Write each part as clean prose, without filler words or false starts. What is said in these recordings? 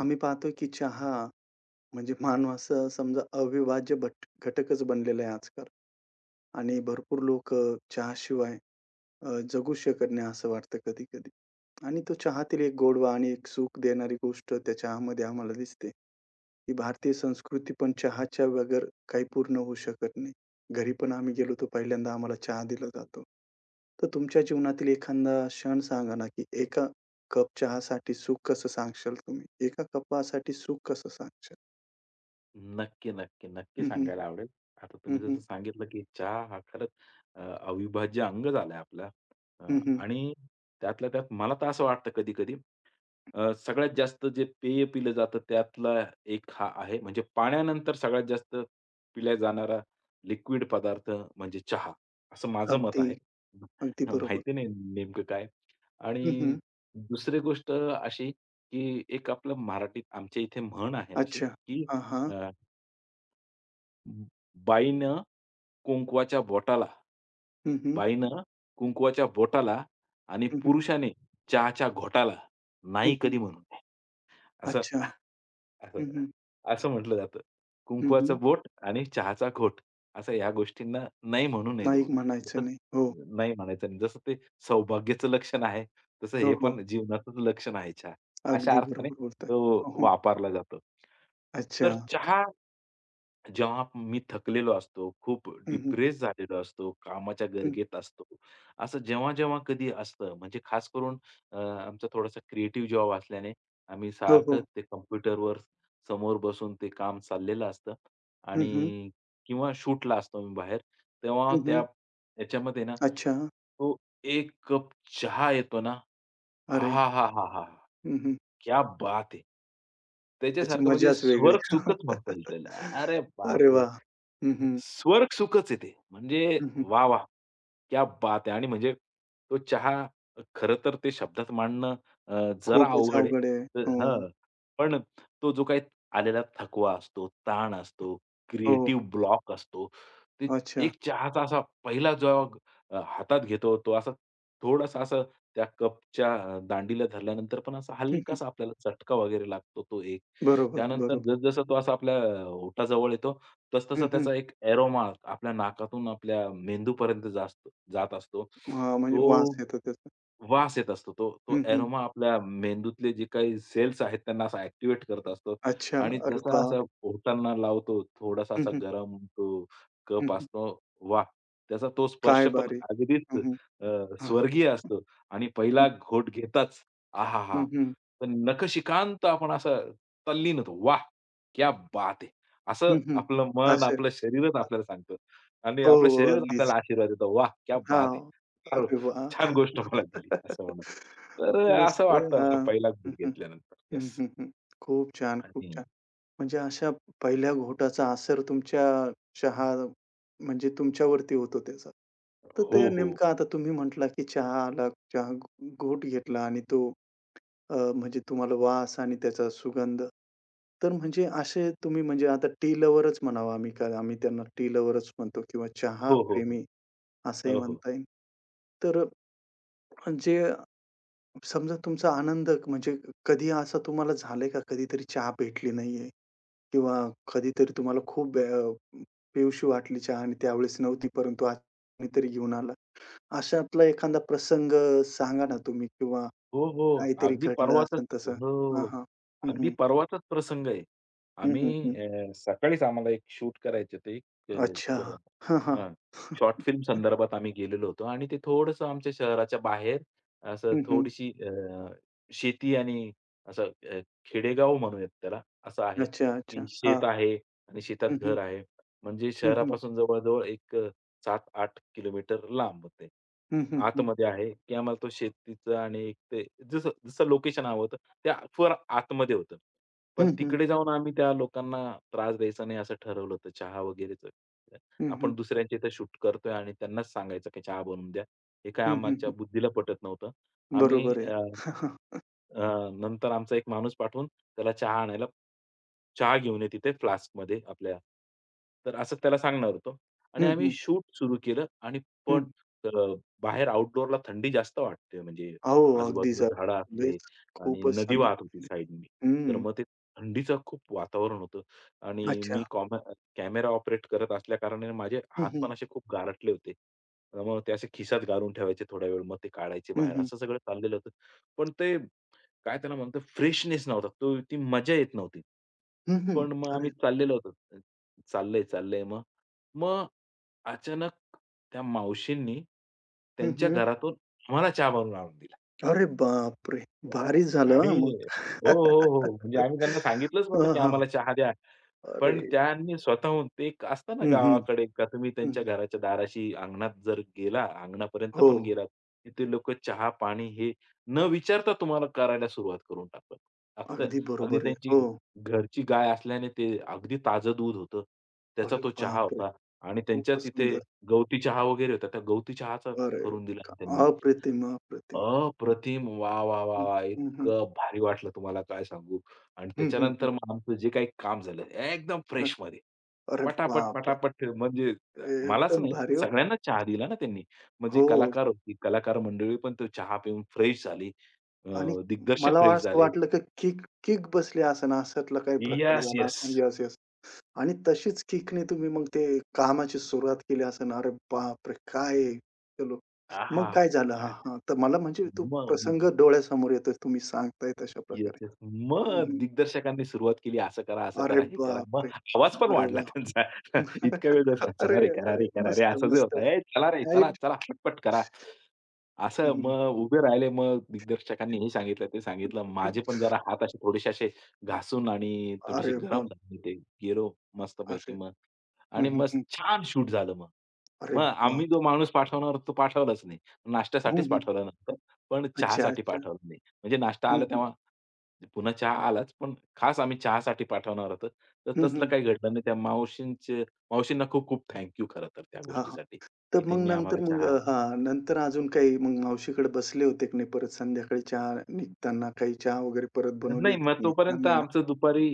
आम्ही पाहतो की चहा म्हणजे मानवाचा समजा अविभाज्य घटकच बनलेला आहे आजकाल आणि भरपूर लोक चहाशिवाय जगू शकत नाही असं वाटतं कधी-कधी. आणि तो चहातील एक गोडवा आणि एक सुख देणारी गोष्ट त्या चहामध्ये आम्हाला दिसते. ही भारतीय संस्कृती पण चहाच्या बगैर काही पूर्ण होऊ शकत नाही. घरी पण आम्ही गेलो तर पहिल्यांदा आम्हाला चहा दिला जातो. तर तुमच्या जीवनातील एखादा क्षण सांगा ना, की एका कप चहासाठी सुख कसं सांगशाल तुम्ही? एका कपासाठी सुख कसं सांगशाल? नक्की, नक्की, नक्की हं, हं. सांगायला आवडेल. आता हं, तुम्ही हं. जसं सांगितलं, की चहा हा खरंच अ, अविभाज्य अंग झालाय आपला. अ, हं, हं. आणि त्यातल्या त्यात मला तर असं वाटतं कधी-कधी, सगळ्यात जास्त जे पेय पिलं जातं त्यातला एक हा आहे. म्हणजे पाण्यानंतर सगळ्यात जास्त पिला जाणारा लिक्विड पदार्थ म्हणजे चहा, असं माझं मत अगदी, आहे. अगदी बरोबर. माहिती नाही नेमकं काय? हं, आणि हं. दुसरी गोष्ट अशी, की एक आपलं मराठीत आमच्या इथे म्हण आहे अशी, अच्छा. की हां, हां. बाईनं कुंकवाच्या बोटाला हं, हं. बाईनं कुंकवाच्या बोटाला आणि हं, हं. पुरुषाने चहाच्या घोटाला हं, नाही हं. कधी म्हणू नये. असं अच्छा. असं हं, हं. असं म्हटलं जातं. हं, हं. कुंकवाचं बोट आणि चहाचा घोट, असं या गोष्टींना नाही म्हणू नये नाही बुवा. म्हणायचं जसं नाही. हो. नाही म्हणायचं आणि जसं ते सौभाग्याचं लक्षण आहे, तसं हो, हे हो. पण जीवनाचंच लक्षण आहे चहा. अशा अगदी अर्थाने बरोबर बोलताय. तो हो, हो. वापरला जातो. अच्छा. तर चहा जेव्हा मी थकलेलो असतो, खूप हं, हं. डिप्रेस झालेलो असतो, कामाच्या हं. गर्गेत असतो. असं जेव्हा-जेव्हा कधी असतं म्हणजे खास करून, आमचा थोडासा क्रिएटिव्ह जॉब असल्याने आम्ही हो, सारखं हो. ते कॉम्प्युटरवर समोर बसून ते काम चाललेलं असतं हं, हं. आणि किंवा शूटला असतो मी बाहेर. तेव्हा हं, हं. त्या याच्यामध्ये ना, अच्छा. तो एक कप चहा येतो ना, अरे! आहाहाहाहा! हं, हं. क्या बात है! त्याची त्याच्यासारखं म्हणजे मजाच वेगळी. स्वर्ग सुखच म्हणता येईल त्याला. अरे अरे बापरे! वाह! हं, हं. स्वर्गसुखच आहे ते. म्हणजे हं, हं. वाह, वाह! क्या बात है! आणि म्हणजे तो चहा खरं तर ते शब्दात मांडणं जरा खूपच अवघड आहे. अवघड आहे. तर हो. हं. पण तो जो काही आलेला थकवा असतो, ताण असतो, हो. हो. क्रिएटिव्ह ब्लॉक असतो. ते अच्छा. एक चहाचा असा पहिला जॉग हातात घेतो, तो असा थोडासा असं त्या कपच्या दांडीला धरल्यानंतर पण असा हं, हं. हलकासा आपल्याला चटका वगैरे लागतो तो एक. बरोबर, त्यानंतर बरोबर. जसजसा तो असा आपल्या ओठाजवळ येतो, हं, तसतसा हं. त्याचा एक एरोमा आपल्या नाकातून आपल्या मेंदूपर्यंत जास्त जात असतो. हां, म्हणजे तो वास येतो त्याचा. वास येत असतो. तो तो हं, हं. एरोमा आपल्या मेंदूतले जे काही सेल्स आहेत त्यांना असं ॲक्टिव्हेट करत असतो अच्छा. आणि अरे जसा बाप! असा ओठांना लावतो, थोडासा हं, असा हं. गरम तो हं, कप हं. असतो. वाह! त्याचा तो स्पर्श काय पण भारी! अगदीच हं, हं. हां. स्वर्गीय असतो आणि पहिला हं, घोट घेताच हं, आहाहा! हं. तर नखशिखांत आपण असा तल्लीन होतो. वाह! क्या बात है! असं हं, हं. आपलं मन, असं. आपलं शरीरच अ, आपल्याला सांगतं आणि हो, आपलं हो. शरीरच अगदीच. आपल्याला आशीर्वाद देतं. वाह! क्या बात है! हां. फार अरे वाह! छान गोष्ट मला दिली असं म्हणून. तर असं मस्त. वाटतं असा हां. पहिला हं, घूट हं. घेतल्यानंतर. हं, येस. हं, हं. खूप छान, खूप आणि छान. म्हणजे अशा पहिल्या घोटाचा असर तुमच्या चहा म्हणजे तुमच्यावरती होतो त्याचा. तर ते हो, हो. नेमकं आता तुम्ही म्हटला की चहा आला, चहा घोट घेतला आणि तो म्हणजे तुम्हाला वास आणि त्याचा सुगंध. तर म्हणजे असे तुम्ही म्हणजे आता टी लव्हरच म्हणावा आम्ही, कारण आम्ही त्यांना टी लव्हरच म्हणतो किंवा चहा हो, हो, हो. प्रेमी असंही हो, हो. म्हणता येईल. तर जे समजा तुमचा आनंद म्हणजे कधी असं तुम्हाला झालंय का कधीतरी चहा भेटली नाहीये किंवा कधीतरी तुम्हाला खूप पिऊशी वाटली चहा आणि त्यावेळेस नव्हती, परंतु आज कोणीतरी घेऊन आला. अशातला एखादा प्रसंग सांगा ना तुम्ही किंवा हो, हो. काहीतरी अगदी घडलं परवाचाच. असेल तसं? हां, हो. हां. अगदी परवाचाच प्रसंग आहे. हं, हं, आम्ही, हं. सकाळीच आम्हाला एक शूट करायचं होतं. एक अ, अच्छा. ड हां, हां. हां. शॉर्ट फिल्म संदर्भात आम्ही गेलेलो होतो आणि ते थोडंसं आमच्या शहराच्या बाहेर, असं हं, हं. थोडीशी शेती आणि असं अ, खेडेगाव म्हणूयात त्याला. असं आहे, अच्छा, की अच्छा. हां. शेत आहे आणि शेतात हं, हं. घर आहे. म्हणजे हं, हं. शहरापासून जवळ-जवळ एक, 7-8 किलोमीटर लांब होते. हं, हं, हं. आतमध्ये आहे, की आम्हाला तो शेतीचं आणि एक ते, जसं जसं लोकेशन हवं होतं, त्या फार आतमध्ये होतं. हं, पण हं. तिकडे जाऊन आम्ही त्या लोकांना त्रास द्यायचा नाही असं ठरवलं होतं. चहा वगैरेचं. हं, हं. आपण दुसऱ्यांच्या इथे शूट करतोय आणि त्यांनाच सांगायचं की चहा बनवून द्या. हे काय हं, हं, आमच्या हं. बुद्धीला पटत नव्हतं. आम्ही बरोबर आहे. अ, नंतर आमचा एक माणूस पाठवून त्याला चहा आणायला, चहा घेऊन ये तिथे फ्लास्कमध्ये आपल्या. तर असं त्याला सांगणार होतो. आणि हं, आम्ही हं. शूट सुरू केलं आणि पण, हं. अ, बाहेर आउटडोअरला थंडी जास्त वाटते म्हणजे हो, अगदीच. आजूबाजूला झाडं असले लयच आणि खूपच नदी सांगा. वाहत होती साईडनी. तर हं. मग ते थंडीचं खूप वातावरण होतं आणि अच्छा. मी कॅमेरा ऑपरेट करत असल्याकारणाने माझे हं, हात हं. पण असे खूप गारटले होते. मग ते असे खिशात घालून ठेवायचे थोडा वेळ, मग ते काढायचे हं, बाहेर, हं. असं सगळं चाललेलं होतं. पण ते काय त्याला म्हणतो फ्रेशनेस नव्हता. तो ती मजा येत नव्हती. हं, हं. पण मग अरे आम्ही चाललेलो होतो. चाललंय, चाललंय मग. मग अचानक त्या मावशींनी हं, त्यांच्या हं. घरातून आम्हाला चहा बनवून आणून दिला. अरे बापरे! वा. भारीच झालं आणि हां मग. हो, हो, हो. म्हणजे आम्ही त्यांना सांगितलंच नव्हतं, हां, की हां. आम्हाला चहा द्या. अरे! पण त्यांनी स्वतःहून ते एक असतं ना हं, हं. गावाकडे का, तुम्ही त्यांच्या हं. घराच्या दाराशी अंगणात जर गेला, अंगणापर्यंत हो. पण गेलात, तिथे लोकं चहा, पाणी हे न विचारता तुम्हाला करायला सुरुवात करून टाकतात. टाकतं अगदी अगदी. बरोबर आहे. त्यांची हो. घरची गाय असल्याने ते अगदी ताजं दूध होतं. त्याचा अरे तो चहा बापरे! होता आणि खूपच त्यांच्याच इथे सुंदर. गवती चहा वगैरे होता. त्या गवती चहाचा अरे! करून दिला वा. त्यांनी. अप्रतिम, अप्रतिम. अप्रतिम! वा वाह, वाह, हं, वाह! हं, हं. इतकं भारी वाटलं तुम्हाला काय सांगू. आणि हं, हं, हं. त्याच्यानंतर मग आमचं जे काही काम झालं एकदम अ, फ्रेशमध्ये. अरे पटापट, बापरे! पटापट म्हणजे, मलाच एकदम नाही, भारी हो. सगळ्यांना चहा दिला ना त्यांनी. मग जी हो. हो. कलाकार होती, कलाकार मंडळी पण तो चहा पिऊन फ्रेश झाली. अ, आणि दिग्दर्शक मला फ्रेश असं झाले. वाटलं की किक किक बसली असेल अशातला काही प्रकार येस, झाला असेल. येस. Yes, yes. आणि तशीच किकने तुम्ही मग ते कामाची सुरुवात केली असेल. अरे बापरे! काय आहे? चलो. मग आहाहा! काय झालं? हां, काय हां. तर मला म्हणजे तो प्रसंग मग डोळ्यासमोर येतोय तुम्ही सांगताय तशा येस, प्रकारे. येस. हं, मग हं. दिग्दर्शकांनी सुरुवात केली, असं करा, असं अरे करा, हे करा. मग बापरे! आवाज पण अरे वाढला वाह! त्यांचा. इतका वेळ जाऊन, अरे, "चला रे, करा अरे, रे, करा रे," मस्त, असा जो मस्त. होता, "ए, चला रे, चला, राइट. चला, पटपट करा." हं, असं हं. मग उभे राहिले. मग दिग्दर्शकांनी हे सांगितलं, ते सांगितलं. माझे पण जरा हात असे थोडेसे असे घासून आणि थोडेसे अरे गरम बाप! झाले ते. गेलो अरे मस्तपैकी मग हं, आणि हं, मग हं. छान शूट झालं मग. अरे मग बाप! आम्ही जो माणूस पाठवणार होतो तो पाठवलाच नाही. हं, नाश्त्यासाठीच हं. पाठवला नंतर, पण अच्छा, चहासाठी अच्छा. पाठवला नाही. म्हणजे नाश्ता हं, आला हं. तेव्हा पुन्हा चहा आलाच, पण खास आम्ही चहासाठी पाठवणार होतो. तर हं, तसलं हं. काही घडलं नाही. त्या मावशींचे मावशींना खूप खूप थँक खरं तर त्या हां, हां. गोष्टीसाठी, की तर मग त्यांनी आम्हाला नंतर मग चहा. हां, नंतर अजून काही मग मावशीकडे बसले होते की नाही परत संध्याकाळी चहा निघताना काही चहा वगैरे परत बनवली नाही, होती मग की नाही? हां, तोपर्यंत नाही, नाही. आमचं दुपारी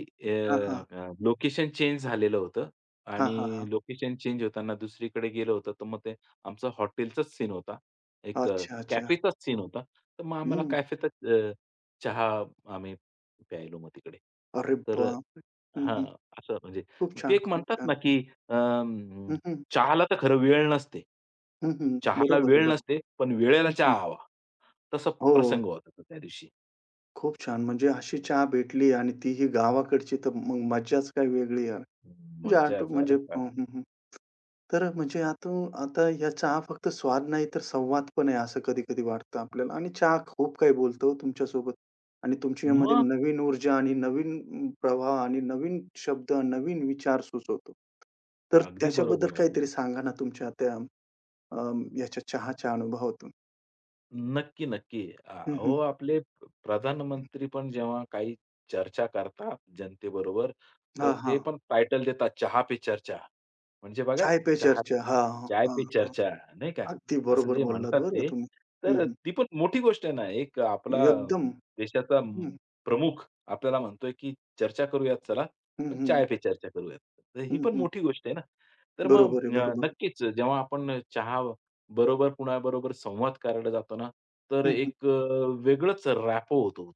हां, हां. लोकेशन चेंज झालेलं होतं हां, हां, हां. आणि लोकेशन चेंज होताना दुसरीकडे गेलं होतं, तर मग ते आमचं हॉटेलचाच सीन होता. एक अच्छा, अच्छा. कॅफेचाच सीन होता. तर मग आम्हाला हं. कॅफेतच चहा आम्ही प्यायलो मग तिकडे. अरे तर बापरे! हं, हां, हं. असं म्हणजे खूप ते छान, एक खूप म्हणतात छान. ना, की अं, हं, हं. चहाला तर खरं वेळ नसते. हं, हं. चहाला बरोबर आहे, वेळ बरोबर. नसते, पण वेळेला हं, हं. चहा हवा. तसा हो. प्रसंग होता तो त्या दिवशी. खूप छान. म्हणजे अशी चहा भेटली आणि तीही गावाकडची, तर मग मज्जाच काही वेगळी यार. म्हणजे आठव मज्जाच. म्हणजे अरे, काय हं, हं, हं. तर म्हणजे आता आता या चहा फक्त स्वाद नाही, तर संवाद पण आहे, असं कधी-कधी वाटतं आपल्याला. आणि चहा खूप काही बोलतो तुमच्यासोबत. आणि तुमच्यामध्ये मग नवीन ऊर्जा आणि नवीन प्रवाह आणि नवीन शब्द, नवीन विचार सुचवतो. तर अगदी त्याच्याबद्दल बरोबर काहीतरी आहे. सांगा ना तुमच्या त्या अ, याच्या चहाच्या अनुभवातून? नक्की, नक्की. हं, अहो हं, आपले हं. प्रधानमंत्री पण जेव्हा काही चर्चा करतात जनतेबरोबर, हां, तर ते हां. पण टायटल देतात चहा पे चर्चा. म्हणजे बघा चाय पे चहा, चर्चा. हां, चाय हां, पे हां, चर्चा, नाही का? अगदी असं बरोबर जे बोललात म्हणतात बरं ते, तुम्ही. हं, तर हं. ती पण मोठी गोष्ट आहे ना. एक आपला एकदम. देशाचा हं, प्रमुख आपल्याला म्हणतोय, की चर्चा करूयात चला, हं, पण हं. चाय पे चर्चा करूयात. तर ही हं, पण हं. मोठी गोष्ट आहे ना. तर बरोबर आहे, मग बरोबर आहे. नक्कीच जेव्हा आपण चहा बरोबर कुणाबरोबर संवाद करायला जातो ना, तर हं, हं. एक वेगळंच रॅपो होतो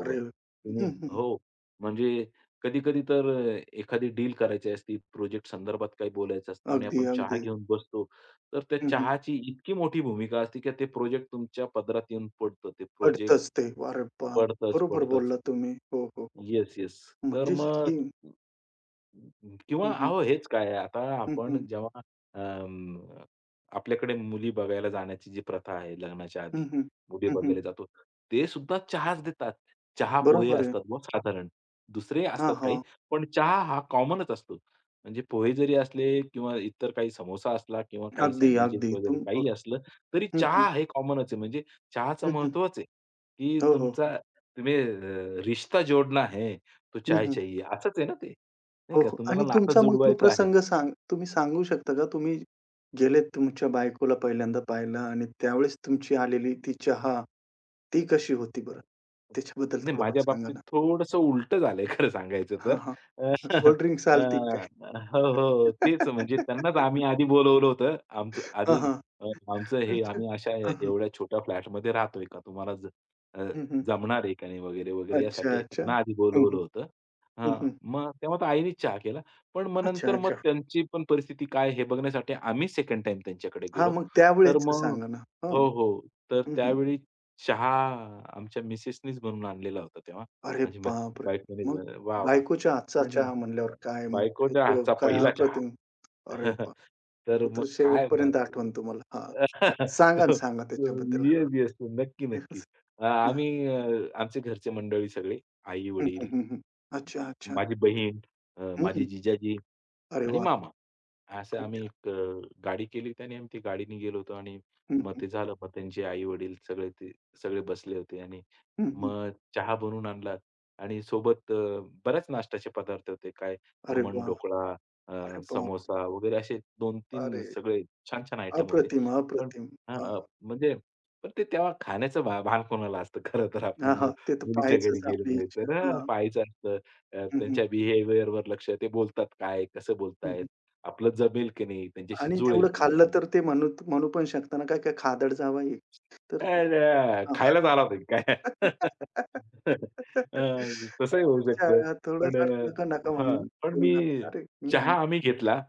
अरे तुम्ही हं, हं. हो, म्हणजे कधी-कधी तर, एखादी डील करायची असती, प्रोजेक्ट संदर्भात काही बोलायचं असतं आणि अगदी, आपण चहा अगदी. घेऊन बसतो. तर त्या हं, हं. चहाची इतकी मोठी भूमिका असते, की ते प्रोजेक्ट तुमच्या पदरात येऊन पडतं. ते प्रोजेक्ट पडतंच ते. अरे बाप! पडतंच, बरोबर पडतंच. बोललात तुम्ही. हो, हो, हो. Yes, yes. तर म्हणजे मग ही किंवा हं, हं. अहो हेच काय आहे, आता हं, आपण हं. जेव्हा अं, आपल्याकडे मुली बघायला जाण्याची जी प्रथा आहे लग्नाच्या हं, आधी, हं. मुली हं, हं. बघायला जातो. ते सुद्धा चहाच देतात. चहा पोहे बरोबर आहे. असतात मग साधारण. दुसरे हां, असतात काही, हां. पण चहा हा कॉमनच असतो. म्हणजे पोहे जरी असले किंवा इतर काही समोसा असला किंवा काही अगदी, सँडविचेस अगदी. वगैरे तुम काही बरो असलं, तरी हं, हं. चहा हे कॉमनच आहे. म्हणजे चहाचं हं, हं. महत्त्वच आहे. की हो, हो. हो. तुमचा, तुम्ही रिश्ता जोडना है तो हं, चाय हं. चाहिए. असंच आहे ना ते? नाही हो, का? हो. तुम्हाला आणि नातं तुमचा मग तो जुळवायचं आहे. प्रसंग सांग तुम्ही सांगू शकता का? तुम्ही गेलेत तुमच्या बायकोला पहिल्यांदा पाहायला आणि त्यावेळेस तुमची आलेली ती चहा, ती कशी होती बरं? त्याच्याबद्दल नाही, थोडंफार माझ्या सांगा बाबतीत ना? थोडंसं उलटं झालंय खरं सांगायचं तर. हां, हां. अ, कोल्ड ड्रिंक्स अ, आलती काय? हो, हो. हो, तेच म्हणजे त्यांनाच आम्ही आधी बोलवलं होतं. आमचं हां, आधी हां. अ, आमचं हे अच्छा. आम्ही अशा हां, हां. एवढ्या छोट्या फ्लॅटमध्ये राहतोय का? तुम्हाला अ, हं, हं. जमणार आहे का नाही वगैरे, वगैरे अच्छा, यासाठी अच्छा. त्यांना आधी हं, बोलवलं हं. होतं. हं, हां, हं. मग तेव्हा तर आईनेच चहा केला. पण मग अच्छा, नंतर मग अच्छा. त्यांची पण परिस्थिती काय हे बघण्यासाठी आम्ही सेकंड टाईम त्यांच्याकडे हां, गेलो. मग तर त्यावेळेसचं मग सांगा ना? हं. हो, हो. तर हं, हं. त्यावेळी चहा आमच्या मिसेसनीच बनवून आणलेला होता तेव्हा. अरे माझी बाय बापरे! बायकोनीच मग बनव, वाह! वाह! बायकोच्या हातचा आणि चहा म्हणल्यावर काय मग बायकोच्या तो हातचा काय पहिला चहा. अप्रतिम. अरे वाह! तर तो मग तर काय मग शेवटपर्यंत आठवण तुम्हाला. हां. सांगा ना, तो सांगा त्याच्याबद्दल. येस, हां. येस. नक्की, नक्की. तेच. अ, हां. आम्ही अ, आमचे घरचे मंडळी सगळे, हं, हं, आई-वडील, हं, हं. अच्छा, अच्छा. माझी बहीण, माझी हं. जिजाजी अरे आणि वाह! मामा. असं खूप आम्ही छान. एक गाडी केली त्याने, आम्ही ती गाडीने गेलो होतो आणि हं, मग हं. ते झालं. मग त्यांचे आई-वडील सगळे ते सगळे बसले होते आणि हं, हं. मग चहा बनवून आणला आणि सोबत, बऱ्याच नाश्त्याचे पदार्थ होते. काय अरे खमण, वाह! ढोकळा, अरे बापरे! समोसा वगैरे असे 2-3 अरे सगळे छान-छान आयटम होते. अप्रतिम, पण अप्रतिम. हां, हां. म्हणजे, पण ते तेव्हा खाण्याचं भान कोणाला असतं खरं तर आपण हां, हां. ते तर मुलीच्या पाहायचंच घरी आपली गेलेलो आहे इच्छा. तर हां, हां. पाहायचं असतं. हं, हं. त्यांच्या behavior वर लक्ष, ते बोलतात काय, कसं हं, बोलतायत, हं. आपलं जमेल की नाही, त्यांच्याशी आणि जुळेल तेवढं की खाल्लं नाही. तर ते म्हणू म्हणू पण शकता ना, काय काय खादड जावई आहे. तर खायलाच आला होता की काय? अ, तसंही होऊ अच्छा, शकतं. थोडं पण फार नका-नका हां, म्हणून पण ठेवून मी हं. टाकता. अरे! हं, हं. चहा आम्ही घेतला.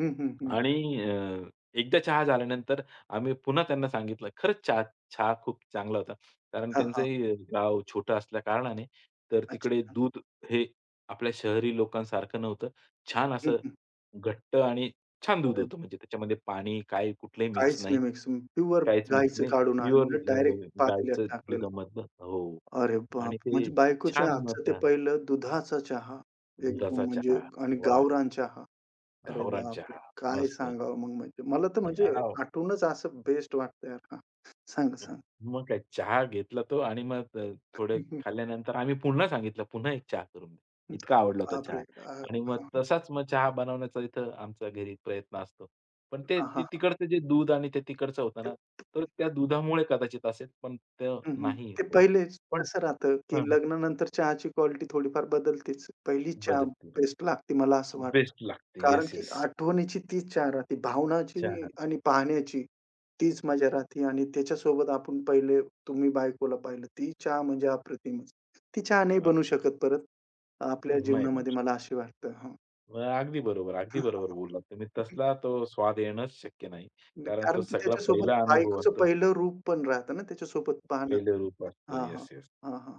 हं, हं, हं. आणि अ, एकदा चहा झाल्यानंतर आम्ही पुन्हा त्यांना सांगितलं. खरंच चहा, चहा खूप चांगला होता. कारण हां, हां. त्यांचंही गाव छोटं असल्या कारणाने, तर तिकडे अच्छा. दूध हे आपल्या शहरी लोकांसारखं नव्हतं. छान हं, असं हं. घट्ट आणि छान दूध अरे, होतं. म्हणजे त्याच्यामध्ये पाणी, काय कुठलंही मिक्स काहीच नाही. नाही मिक्स. प्युअर काहीच मिक्स गाईचं नाही. काढून प्युअर, आणलेलं डायरेक्ट पातेल्यात गाईचं टाकलेलं. दुधामधलं हो. अरे बाप! आणि ते म्हणजे बायकोच्या छान मग हातचं ते त्या पहिलं दुधाचा चहा. एकदम दुधाचा म्हणजे चहा. आणि वाह! गावरान चहा. अरे गावरान बापरे! चहा. काय मस्त. सांगावं मग म्हणजे. मला तर म्हणजे याह! आठवूनच असं बेस्ट वाटतं यार. हां. सांगा, सांगा. मग काय चहा घेतला तो आणि मग, थोडे हं, हं. खाल्ल्यानंतर आम्ही पुन्हा सांगितलं, "पुन्हा एक चहा करून दे." हं. इतका अरे आवडला होता चहा बापरे! अ, आणि मग तसाच मग चहा बनवण्याचा इथं आमचा घरी प्रयत्न असतो. पण ते हां, ती हां, तिकडचं जे दूध आणि ते तिकडचं होतं ना, हां. तर त्या दुधामुळे कदाचित असेल, पण ते हं, हं. नाही ते होत. पहिलेच पण कसं राहतं, की हां, लग्नानंतर चहाची क्वालिटी थोडीफार बदलतेच. पहिली चहा बदलते. बेस्ट लागते मला असं वाटतं. बेस्ट लागते. कारण येस, की येस. आठवणीची तीच चहा राहते. भावनाची चहा आणि पाहण्याची तीच मजा राहते आणि त्याच्यासोबत आपण पहिले तुम्ही बायकोला पाहिलं, ती चहा म्हणजे अप्रतिमच. ती चहा नाही अ, बनू शकत परत आपल्या नाही बनू जीवनामध्ये शकत. मला अशी वाटतं. हां. मग अगदी बरोबर, अगदी बरोबर बोललात तुम्ही. तसला तो स्वाद येणंच शक्य नाही. कारण कारण तो की सगळा त्याच्यासोबत पहिला अनुभव बायकोचं असतो. पहिलं रूप पण राहतं ना त्याच्यासोबत पाहणं. पहिलं रूप असतं. हां, हां. येस, येस, हां, हां.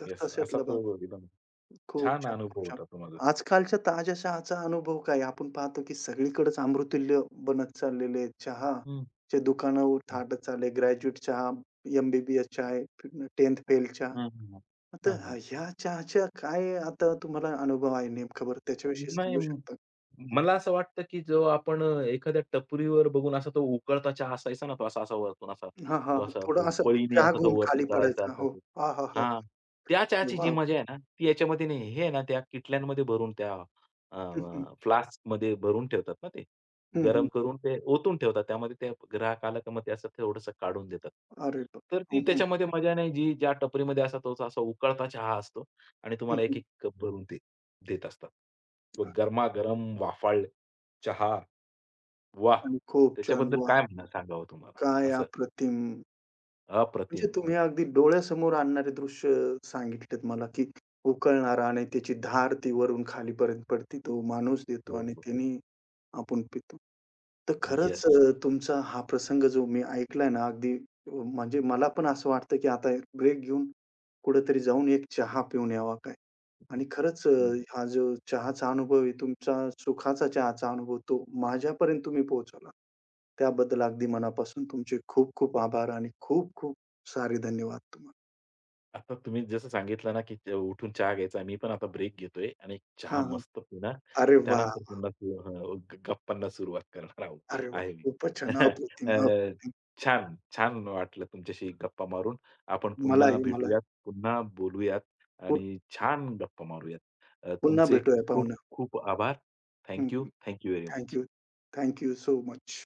तर येस. असा तशातला तो भाग. एकदम खूप छान छान, खूप अनुभव छान. होता तो माझा. आजकालच्या ताज्या चहाचा अनुभव काय? आपण पाहतो की सगळीकडेच अमृततुल्य बनत चाललेले आहेत. हं. चे दुकानावर हं. थाटत चालले ग्रॅज्युएट चहा, एम-बी-बी-एस चहा आहे, 10th फेल चहा. हां, हां, हां. तर हां, हां. ह्या चहाच्या काय आता तुम्हाला अनुभव आहे नेमका बरं त्याच्याविषयी नाही. सांगू शकता? मला असं वाटतं, की जो आपण एखाद्या टपरीवर बघून असा तो उकळता चहा असायचा ना, तो असा-असा वरतून असा, हां, हां. तो असा थोडं तो असं पळीने चहा असा तो घेऊन वरती खाली करायचा पडायचा. असा हो. तो. हां, हां, हां. हां, त्या अरे चहाची जी वाह! मजा आहे ना, ती याच्यामध्ये नाही. हे आहे ना, त्या किटल्यांमध्ये भरून त्या, अ, हं, हं. फ्लास्कमध्ये भरून ठेवतात ना ते. हं, हं, गरम हं. करून ते ओतून ठेवतात. त्यामध्ये ते ग्राहक आला का मग ते असं थोडंसं काढून देतात. अरे वाह! तर ती हं, हं. त्याच्यामध्ये मजा नाही, जी ज्या टपरीमध्ये असा तोच असा उकळता चहा असतो आणि हं, तुम्हाला हं. एक-एक कप भरून ते देत असतात. व गरमागरम वाफाळले चहा, वाह! आणि खूप छान. त्याच्याबद्दल वाह! काय म्हणा सांगावं तुम्हाला? काय असं अप्रतिम! म्हणजे अप्रतिम. तुम्ही अगदी डोळ्यासमोर आणणारे दृश्य सांगितलेत मला, की उकळणारा आणि त्याची धार ती वरून खालीपर्यंत पडते. तो माणूस देतो हो, आणि हो. त्याने आपण पितो. तर खरंच येस. तुमचा हा प्रसंग जो मी ऐकलाय ना, अगदी म्हणजे मला पण असं वाटतं, की आता एक ब्रेक घेऊन कुठेतरी जाऊन एक चहा पिऊन यावा काय. आणि खरंच हा जो चहाचा अनुभव आहे तुमचा सुखाचा चहाचा अनुभव तो माझ्यापर्यंत तुम्ही पोहोचवला. त्याबद्दल अगदी मनापासून तुमचे खूप खूप आभार आणि खूप खूप सारे धन्यवाद तुम्हाला. आता तुम्ही जसं सांगितलं ना, की उठून चहा घ्यायचा. मी पण आता ब्रेक घेतोय आणि हां, चहा हां. मस्त पिणार अरे आणि त्यानंतर वाह! पुन्हा सु हं, ग गप्पांना सुरुवात करणार आहोत अरे वाह! आहे मी. खूपच छान. अप्रतिम, अ, अप्रतिम. छान, छान वाटलं तुमच्याशी गप्पा मारून. आपण पुन्हा मलाही, मलाही. भेटूयात, पुन्हा बोलूयात पु आणि छान गप्पा मारूयात. पुन्हा तुमचे भेटूया खूप पाहुण्या. खूप आभार. हं, थँक यू. हं. Very thank much. You. Thank you so much.